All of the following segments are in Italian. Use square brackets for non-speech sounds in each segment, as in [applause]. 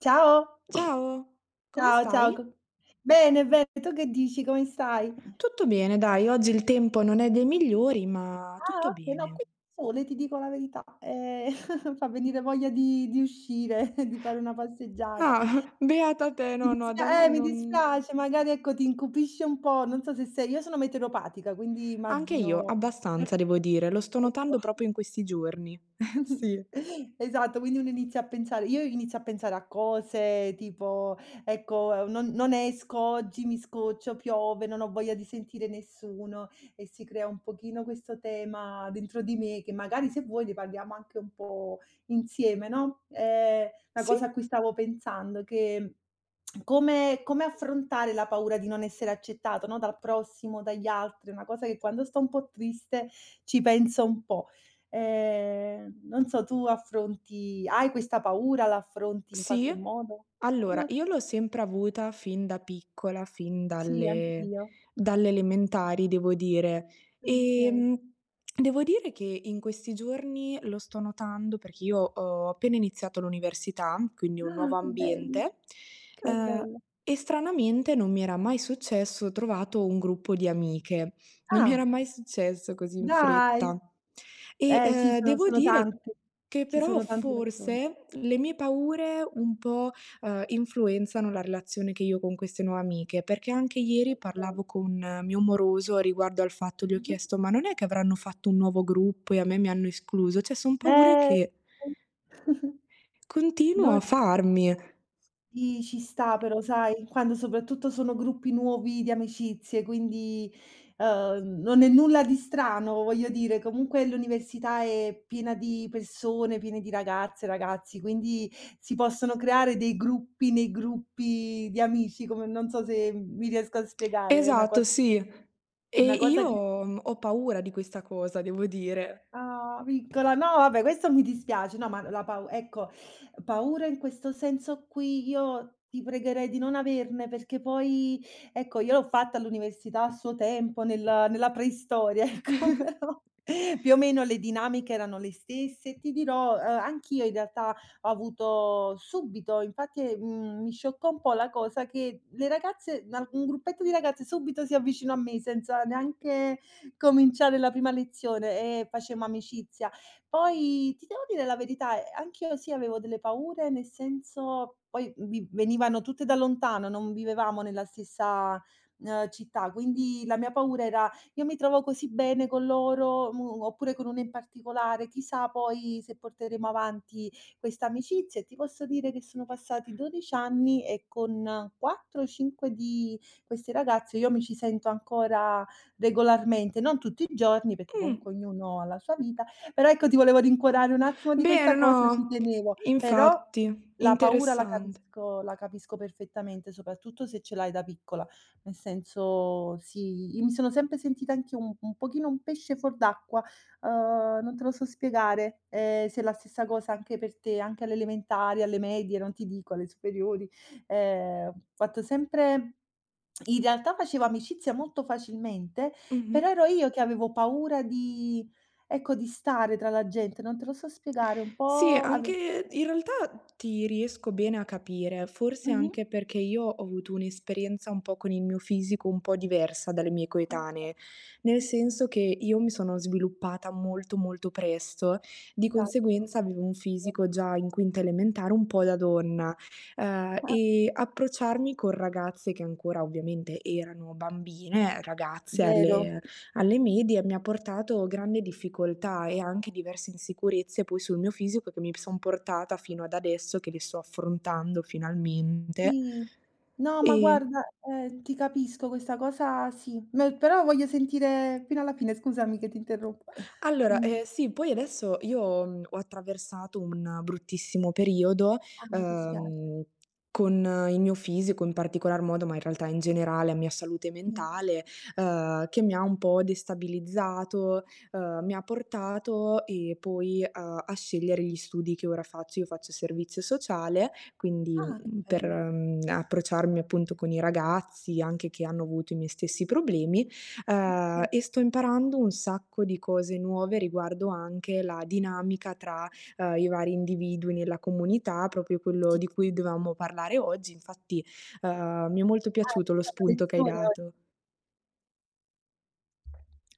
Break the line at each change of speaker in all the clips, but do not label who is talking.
Ciao,
Ciao, come
ciao, ciao
stai?
co bene, bene, tu che dici? Come stai?
Tutto bene, dai, oggi il tempo non è dei migliori, ma
Ah,
tutto
okay, no
bene.
qui c'è sole, ti dico la verità, [laughs] fa venire voglia di uscire, [laughs] di fare una passeggiata.
Ah, [laughs] beata te,
Mi
no, no, da
dispia
me
eh, mi
non...
dispiace, magari ecco ti incupisce un po', non so se sei io sono meteoropatica, quindi
Anche io,
immagino
abbastanza, devo dire, lo sto notando
perfetto.
proprio in
[laughs]
questi giorni. [laughs]
[laughs]
Sì.
Esatto, quindi uno inizia a pensare io inizio a pensare a cose tipo: "Ecco, non esco oggi, mi scoccio, piove, non ho voglia di sentire nessuno", e si crea un pochino questo tema dentro di me che magari se vuoi ne parliamo anche un po' insieme, no. Una
Sì?
cosa a cui stavo pensando, che come affrontare la paura di non essere accettato, no, dal prossimo, dagli altri, una cosa che quando sto un po' triste ci penso un po'. Non so, tu affronti hai questa paura, la affronti in
Sì,
qualche modo?
allora
No.
io l'ho sempre avuta fin da piccola, fin
Sì,
dalle
anch'io.
dalle elementari devo dire.
Okay.
Ehm, devo dire che in questi giorni lo sto notando perché io ho appena iniziato l'università, quindi un
Ah,
nuovo
che bello,
ambiente,
che
uhm,
bello.
e stranamente non mi era mai successo, ho trovato un gruppo di amiche. Non mi
Ah.
era mai successo così in
Dai!
fretta. E,
Eh sì, sono
devo
sono
dire
tanti.
che
Ci
però
sono tante persone.
forse le mie paure un po', influenzano la relazione che io ho con queste nuove amiche, perché anche ieri
Okay.
parlavo con mio moroso riguardo al fatto gli ho
Mh-mh.
chiesto: "Ma non è che avranno fatto un nuovo gruppo e a me mi hanno escluso?" Cioè son paure
Eh,
che
[laughs]
continuo
no.
a farmi.
Sì, ci sta, però sai, quando soprattutto sono gruppi nuovi di amicizie, quindi, non è nulla di strano, voglio dire, comunque l'università è piena di persone, piene di ragazze, ragazzi, quindi si possono creare dei gruppi nei gruppi di amici, come, non so se mi riesco a spiegare, è una cosa
Esatto, sì. E
una cosa che.
io, ho paura di questa cosa, devo dire.
Ah, piccola, no vabbè, questo mi dispiace. No, ma la pau ecco, paura in questo senso qui io ti pregherei di non averne, perché poi ecco io l'ho fatta all'università a suo tempo, nella preistoria, [laughs] ecco, però più o meno le dinamiche erano le stesse e ti dirò, anch'io, in realtà, ho avuto subito, infatti, mi scioccò un po' la cosa che le ragazze n un gruppetto di ragazze subito si avvicinò a me senza neanche cominciare la prima lezione e facemmo amicizia. Poi ti devo dire la verità, anch'io sì avevo delle paure, nel senso poi vi venivano tutte da lontano, non vivevamo nella stessa, città, quindi la mia paura era: "Io mi trovo così bene con loro, mu oppure con una in particolare, chissà poi se porteremo avanti questa amicizia." E ti posso dire che sono passati 12 anni e con 4 o 5 di queste ragazze io mi ci sento ancora regolarmente, non tutti i giorni perché
Mh.
comunque ognuno ha la sua vita, però ecco ti volevo rincuorare un attimo di
Bene,
questa cosa, ci
no,
tenevo. Però
infatti,
la paura la
interessante.
capisco la capisco perfettamente, soprattutto se ce l'hai da piccola. Nel senso sì, io mi sono sempre sentita anch'io un pochino un pesce fuor d'acqua, non te lo so spiegare, se è la stessa cosa anche per te, anche alle elementari, alle medie, non ti dico alle superiori. Ho fatto sempre in realtà facevo amicizia molto facilmente,
Mh-mh.
però ero io che avevo paura di ecco, di stare tra la gente, non te lo so spiegare, un
Sì,
po' ave
anche in realtà ti riesco bene a capire, forse
mh-mh.
anche perché io ho avuto un'esperienza un po' con il mio fisico un po' diversa dalle mie
Okay.
coetanee, nel
Mh-mh.
senso che io mi sono sviluppata molto molto presto, di
Esatto.
conseguenza avevo un fisico già in quinta elementare un po' da donna,
Eh,
e approcciarmi con ragazze che ancora ovviamente erano bambine, ragazze
vero.
alle medie mi ha portato grande difficoltà e anche diverse insicurezze poi sul mio fisico che mi son portata fino ad adesso che le sto affrontando finalmente.
Sì. No, ma
E
guarda, ti capisco questa cosa sì, me però voglio sentire fino alla fine, scusami che ti interrompo. [laughs]
allora,
Dimmi.
sì, poi adesso io, ho attraversato un bruttissimo periodo,
Ah, mi dispiace.
uhm, con il mio fisico in particolar modo, ma in realtà in generale, la mia salute
Sì.
mentale, che mi ha un po' destabilizzato, mi ha portato e poi a scegliere gli studi che ora faccio. Io faccio servizio sociale, quindi,
Ah, che
per,
bello.
approcciarmi appunto con i ragazzi, anche che hanno avuto i miei stessi problemi.
Okay.
E sto imparando un sacco di cose nuove riguardo anche la dinamica tra, i vari individui nella comunità, proprio quello
Sì.
di cui dovevamo parlare oggi. Infatti, mi è molto
Ah,
piaciuto
c'è
lo
stata
spunto che hai
lezione o.
dato.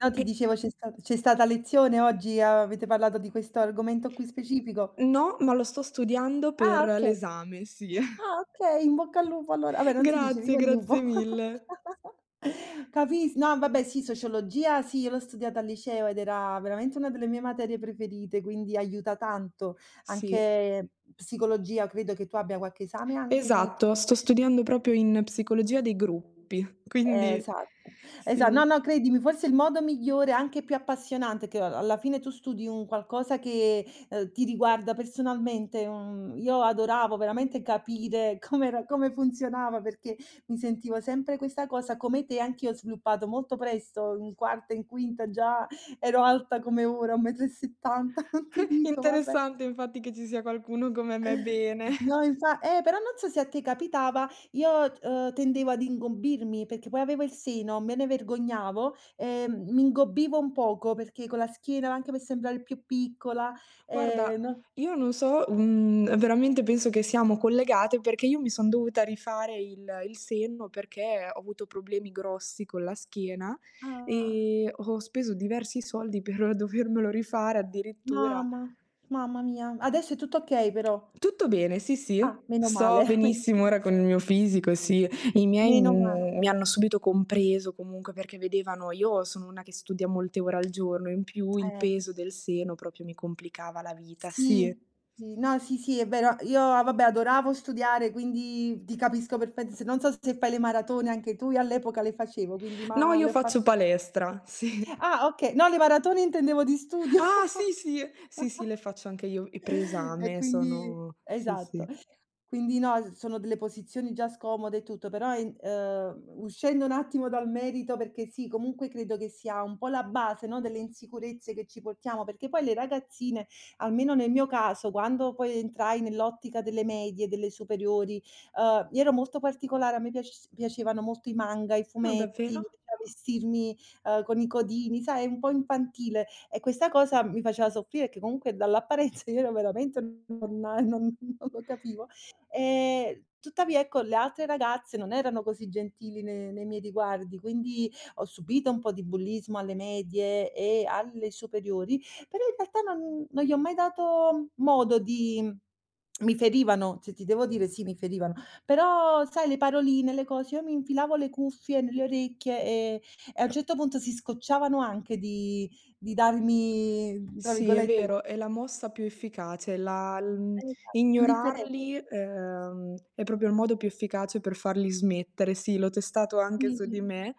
No, ti
E
dicevo, c'è stata lezione oggi, avete parlato di questo argomento qui specifico?
no, ma lo sto studiando per
Ah okay,
l'esame, sì.
ah okay, in bocca al lupo allora. Vabbè,
[laughs]
non si dice,
Grazie,
viva il
grazie
lupo.
mille.
[laughs] Capis No vabbè sì, sociologia sì, io l'ho studiata al liceo ed era veramente una delle mie materie preferite, quindi aiuta tanto.
Sì,
Anche psicologia, credo che tu abbia qualche esame anche di.
esatto, sto studiando proprio in psicologia dei gruppi, [laughs] quindi
Esatto. Esa
sì.
No, no, credimi, forse il modo migliore, anche più appassionante, che a alla fine tu studi un qualcosa che, ti riguarda personalmente, un io adoravo veramente capire [laughs] com'era, come funzionava, perché mi sentivo sempre questa cosa. Come te, anch'io ho sviluppato molto presto, in quarta, in quinta già ero alta come ora, 1,70 m, [laughs] non ti dico, vabbè.
Interessante infatti che ci sia qualcuno come me bene.
No, infa però non so se a te capitava, io, tendevo ad ingombirmi perché poi avevo il seno, me ne vergognavo, mi ingobbivo un poco perché con la schiena, anche per sembrare più piccola,
Guarda,
no,
io non so, veramente penso che siamo collegate perché io mi son dovuta rifare il senno perché ho avuto problemi grossi con la schiena
ah,
e ho speso diversi soldi per [laughs] dovermelo rifare addirittura.
mamma, mamma mia. Adesso è tutto okay però.
Tutto bene, sì, sì,
Ah, meno
sto
male, [laughs] men
benissimo ora con il mio fisico, sì. I miei,
meno ma
mi hanno subito compreso comunque perché vedevano io sono una che studia molte ore al giorno, in più il
eh,
peso del seno proprio mi complicava la vita, sì.
sì, sì, no, sì, sì, è vero. Io, ah, vabbè, adoravo studiare, quindi ti capisco perfett s non so se fai le maratone anche tu, io all'epoca le facevo, quindi,
No,
ma
io
le ho fa
faccio palestra, [laughs] sì.
ah okay, no, le maratone intendevo di studio.
Ah, sì,
[laughs]
sì, sì, sì, le faccio anche io i
E
preesame,
quindi
sono sì,
esatto.
sì.
Quindi no, s sono delle posizioni già scomode e tutto, però in uscendo un attimo dal merito, perché sì, comunque credo che sia un po' la base, no, delle insicurezze che ci portiamo, perché poi le ragazzine, almeno nel mio caso, quando poi entrai nell'ottica delle medie, delle superiori, io ero molto particolare, a me piacevano molto i manga, i
Ah,
fumetti,
davvero?
mi piaceva vestirmi, con i codini, sai, un po' infantile, e questa cosa mi faceva soffrire, che comunque dall'apparenza io ero veramente non lo capivo. Tuttavia, ecco, le altre ragazze non erano così gentili ne nei miei riguardi, quindi ho subito un po' di bullismo alle medie e alle superiori, però in realtà non gli ho mai dato modo di mi ferivano, se ti devo dire sì, mi ferivano, però sai, le paroline, le cose, io mi infilavo le cuffie nelle orecchie e a un certo punto si scocciavano anche di darmi, tra
Sì, è
virgolette,
vero, è la mossa più efficace, la
esatto, indifferenza,
ignorarli, è proprio il modo più efficace per farli smettere. Sì, l'ho testato anche su
sì.
di me,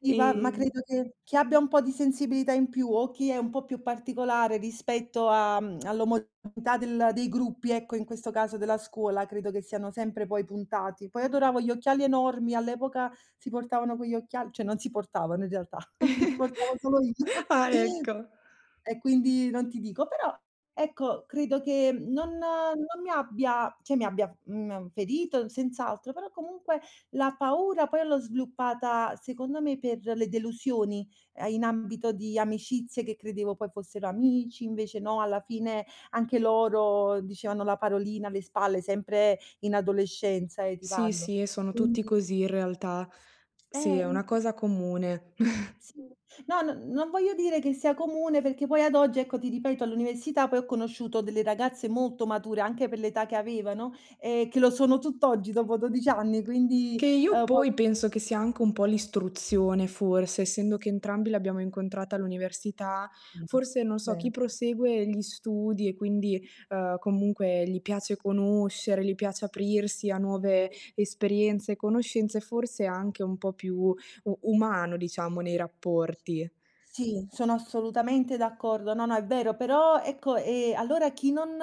Sì, ma
ehm
credo che chi abbia un po' di sensibilità in più o chi è un po' più particolare rispetto a, all'omogeneità del dei gruppi, ecco, in questo caso della scuola, credo che siano sempre poi puntati. Poi adoravo gli occhiali enormi, all'epoca si portavano quegli occhiali, cioè non si portavano in realtà, [laughs] li portavo solo
[laughs]
io.
Ah, ecco.
E quindi non ti dico, però ecco, credo che non mi abbia, cioè mi abbia, ferito senz'altro, però comunque la paura poi l'ho sviluppata, secondo me, per le delusioni, in ambito di amicizie che credevo poi fossero amici, invece no, alla fine anche loro dicevano la parolina alle spalle, sempre in adolescenza, ti
Sì,
parlo.
sì, sono tutti
Quindi,
così in realtà. Sì, è una
mh,
cosa comune.
sì. No, no, non voglio dire che sia comune, perché poi ad oggi, ecco, ti ripeto, all'università poi ho conosciuto delle ragazze molto mature, anche per l'età che avevano, che lo sono tutt'oggi dopo 12 anni,
Che
quindi,
io
pos.
poi penso che sia anche un po' l'istruzione forse, essendo che entrambi l'abbiamo incontrata all'università,
Mh,
forse non so,
vero.
chi prosegue gli studi e quindi, comunque gli piace conoscere, gli piace aprirsi a nuove esperienze e conoscenze, forse è anche un po' più u umano diciamo nei rapporti.
Sì, sono assolutamente d'accordo. No, no, è vero, però ecco, allora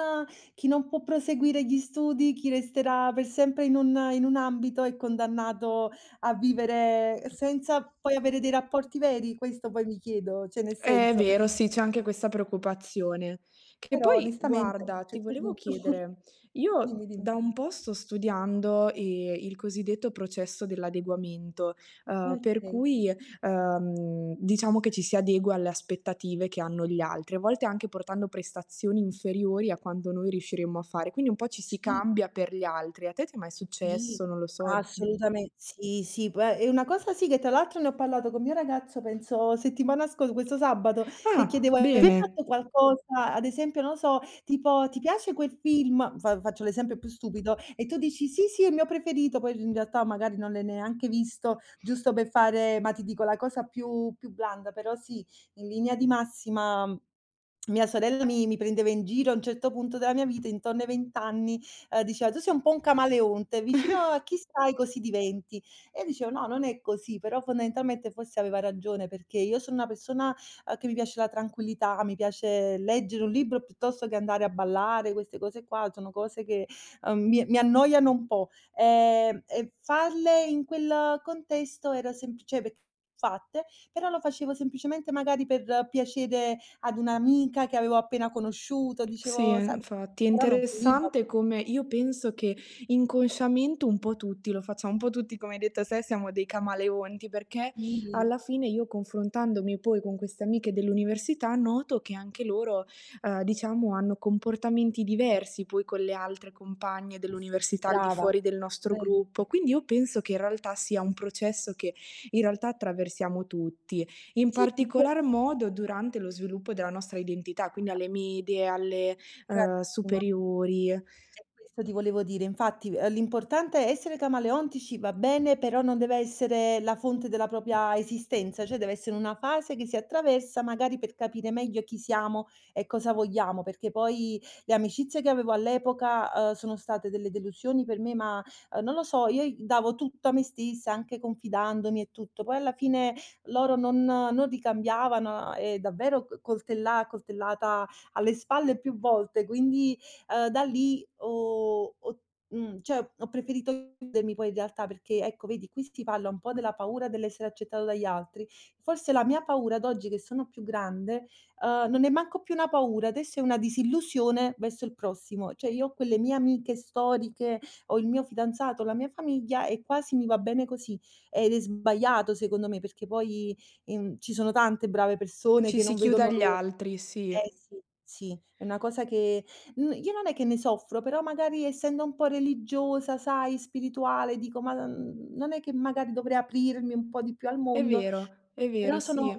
chi non può proseguire gli studi, chi resterà per sempre in un, in un ambito, è condannato a vivere senza poi avere dei rapporti veri, questo poi mi chiedo, cioè nel
È
senso.
vero, sì, c'è anche questa preoccupazione. Che
Però
poi
onestamente a un
guarda, ti
certo
volevo
punto [laughs]
chiedere,
dimmi,
io
dimmi.
da un po' sto studiando, il cosiddetto processo dell'adeguamento, per
Okay.
cui, diciamo che ci si adegua alle aspettative che hanno gli altri, a volte anche portando prestazioni inferiori a quando noi riusciremmo a fare, quindi un po' ci si
Sì.
cambia per gli altri. A te ti è mai
Sì,
successo? Non lo so.
assolutamen sì, sì, p è una cosa sì, che tra l'altro ne ho parlato con mio ragazzo, penso settimana scorsa, questo sabato, che
Ah,
chiedevo: "Hai mai
bene.
fatto qualcosa", ad esempio, non so, tipo: "Ti piace quel film?" Fa Faccio l'esempio più stupido, e tu dici: "Sì, sì, è il mio preferito", poi in realtà magari non l'hai neanche visto, giusto per fare, ma ti dico la cosa più blanda. Però sì, in linea di massima mia sorella mi prendeva in giro a un certo punto della mia vita, intorno ai 20 anni, diceva: "Tu sei un po' un camaleonte, vicino a chi stai così diventi". E io dicevo: "No, non è così", però fondamentalmente forse aveva ragione, perché io sono una persona, che mi piace la tranquillità, mi piace leggere un libro piuttosto che andare a ballare, queste cose qua sono cose che, mi annoiano un po'. E farle in quel contesto era sempl cioè, perché fatte, però lo facevo semplicemente magari per piacere ad un'amica che avevo appena conosciuto,
Sì,
dicevo sa,
infatti è
però non finiva.
interessante come io penso che inconsciamente un po' tutti lo facciamo, un po' tutti come hai detto te siamo dei camaleonti, perché
Sì,
alla fine io confrontandomi poi con queste amiche dell'università noto che anche loro, diciamo hanno comportamenti diversi poi con le altre compagne
s
dell'università al di
brava,
fuori del nostro
vero.
gruppo, quindi io penso che in realtà sia un processo che in realtà attraversiamo tutti. In
Sì, [laughs]
particolar modo durante lo sviluppo della nostra identità, quindi
bra
alle medie, alle,
bravissima.
superiori.
È questo ti volevo dire, infatti, l'importante è essere camaleontici, va bene, però non deve essere la fonte della propria esistenza, cioè deve essere una fase che si attraversa magari per capire meglio chi siamo e cosa vogliamo, perché poi le amicizie che avevo all'epoca, sono state delle delusioni per me, ma, non lo so, io i davo tutto a me stessa, anche confidandomi e tutto. Poi alla fine loro non ricambiavano e davvero, c coltella coltellata alle spalle più volte, quindi. Da lì cioè ho preferito chiudermi poi in realtà perché, ecco vedi, qui si parla un po' della paura dell'essere accettato dagli altri. Forse la mia paura ad oggi che sono più grande, non è manco più una paura, adesso è una disillusione verso il prossimo. Cioè io ho quelle mie amiche storiche, ho il mio fidanzato, la mia famiglia, e quasi mi va bene così. Ed è sbagliato, secondo me, perché poi, ci sono tante brave persone
Ci
che
si
non
chiude
vedono
agli
l'ora.
altri, sì.
Eh sì, sì, è una cosa che, io non è che ne soffro, però magari essendo un po' religiosa, sai, spirituale, dico: "Ma n non è che magari dovrei aprirmi un po' di più al mondo?"
È vero,
Però
sì.
sono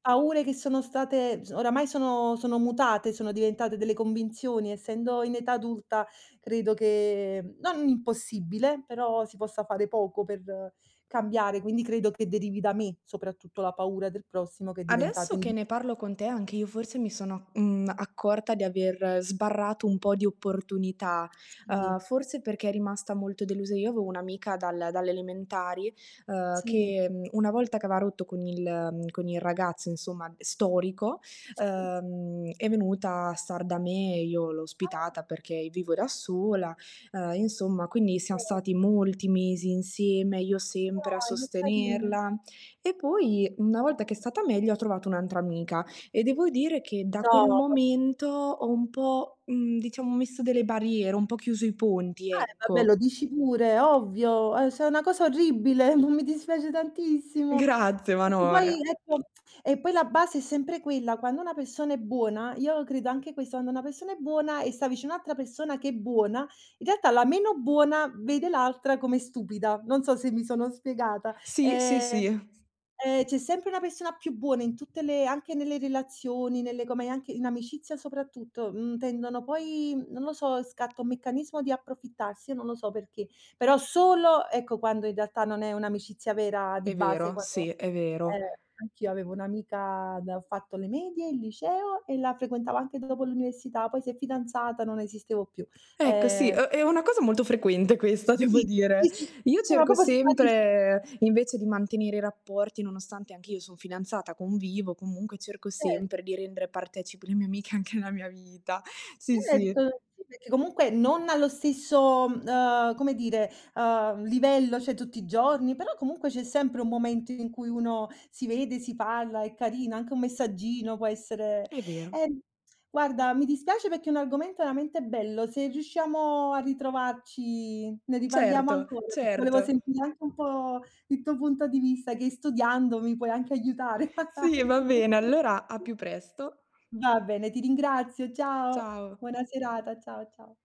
paure che sono state s oramai sono mutate, sono diventate delle convinzioni. Essendo in età adulta, credo che, non impossibile, però si possa fare poco per, cambiare, quindi credo che derivi da me, soprattutto la paura del prossimo che è diventata
Adesso che
indi,
ne parlo con te, anche io forse mi sono, accorta di aver sbarrato un po' di opportunità,
sì,
forse perché è rimasta molto delusa. Io avevo un'amica dalle elementari,
sì,
che, una volta che aveva rotto con il con il ragazzo insomma storico,
sì.
è venuta a star da me, io l'ho
Ah, okay.
ospitata perché vivo da sola, insomma quindi siam stati molti mesi insieme, io sempre a
Dai, che carino.
sostenerla e poi, una volta che è stata meglio, ho trovato un'altra amica e devo dire che da
No,
quel
vabbè.
momento ho un po', diciamo, messo delle barriere, ho un po' chiuso i ponti,
Vabbè,
ecco.
lo dici pure, ovvio. Se è una cosa orribile, [laughs] ma mi dispiace tantissimo.
Grazie, ma
Perché
no,
poi ecco, e poi la base è sempre quella. Quando una persona è buona, io credo anche questo, quando una persona è buona e sta vicino a un'altra persona che è buona, in realtà la meno buona vede l'altra come stupida. Non so se mi sono spiegata.
sì, sì,
Ehm.
sì, è
C'è sempre una persona più buona in tutte le, anche nelle relazioni, nelle, come anche in amicizia soprattutto, tendono poi, non lo so, scatta un meccanismo di approfittarsi, io non lo so perché. Però solo, ecco, quando in realtà non è un'amicizia vera di base,
vero, sì,
quando,
è vero.
anch'io avevo un'amica da ho fatto le medie, il liceo, e la frequentavo anche dopo l'università, poi si è fidanzata, non esistevo più.
Ecco sì,
Ehm,
è una cosa molto frequente questa, [laughs] devo
sì,
dire.
sì, sì, sì.
Io
No, ma
cerco
proprio sparisci,
sempre, invece di mantenere i rapporti, nonostante anch'io son fidanzata, convivo, comunque cerco
cer
sempre di rendere partecipi le mie amiche anche della mia vita. Sì, sì.
certo, sì, perché comunque non allo stesso, come dire, livello, cioè tutti i giorni, però comunque c'è sempre un momento in cui uno si vede, si parla, è carino, anche un messaggino può essere,
È vero.
ehm, guarda, mi dispiace perché è un argomento veramente bello, se riusciamo a ritrovarci ne riparliamo
Certo,
ancora, perché volevo
certo.
sentire anche un po' il tuo punto di vista, che studiando mi puoi anche aiutare [laughs]
Sì,
magari.
va bene, allora a più presto.
Va bene, ti ringrazio, ciao,
Ciao.
buona serata, ciao, ciao.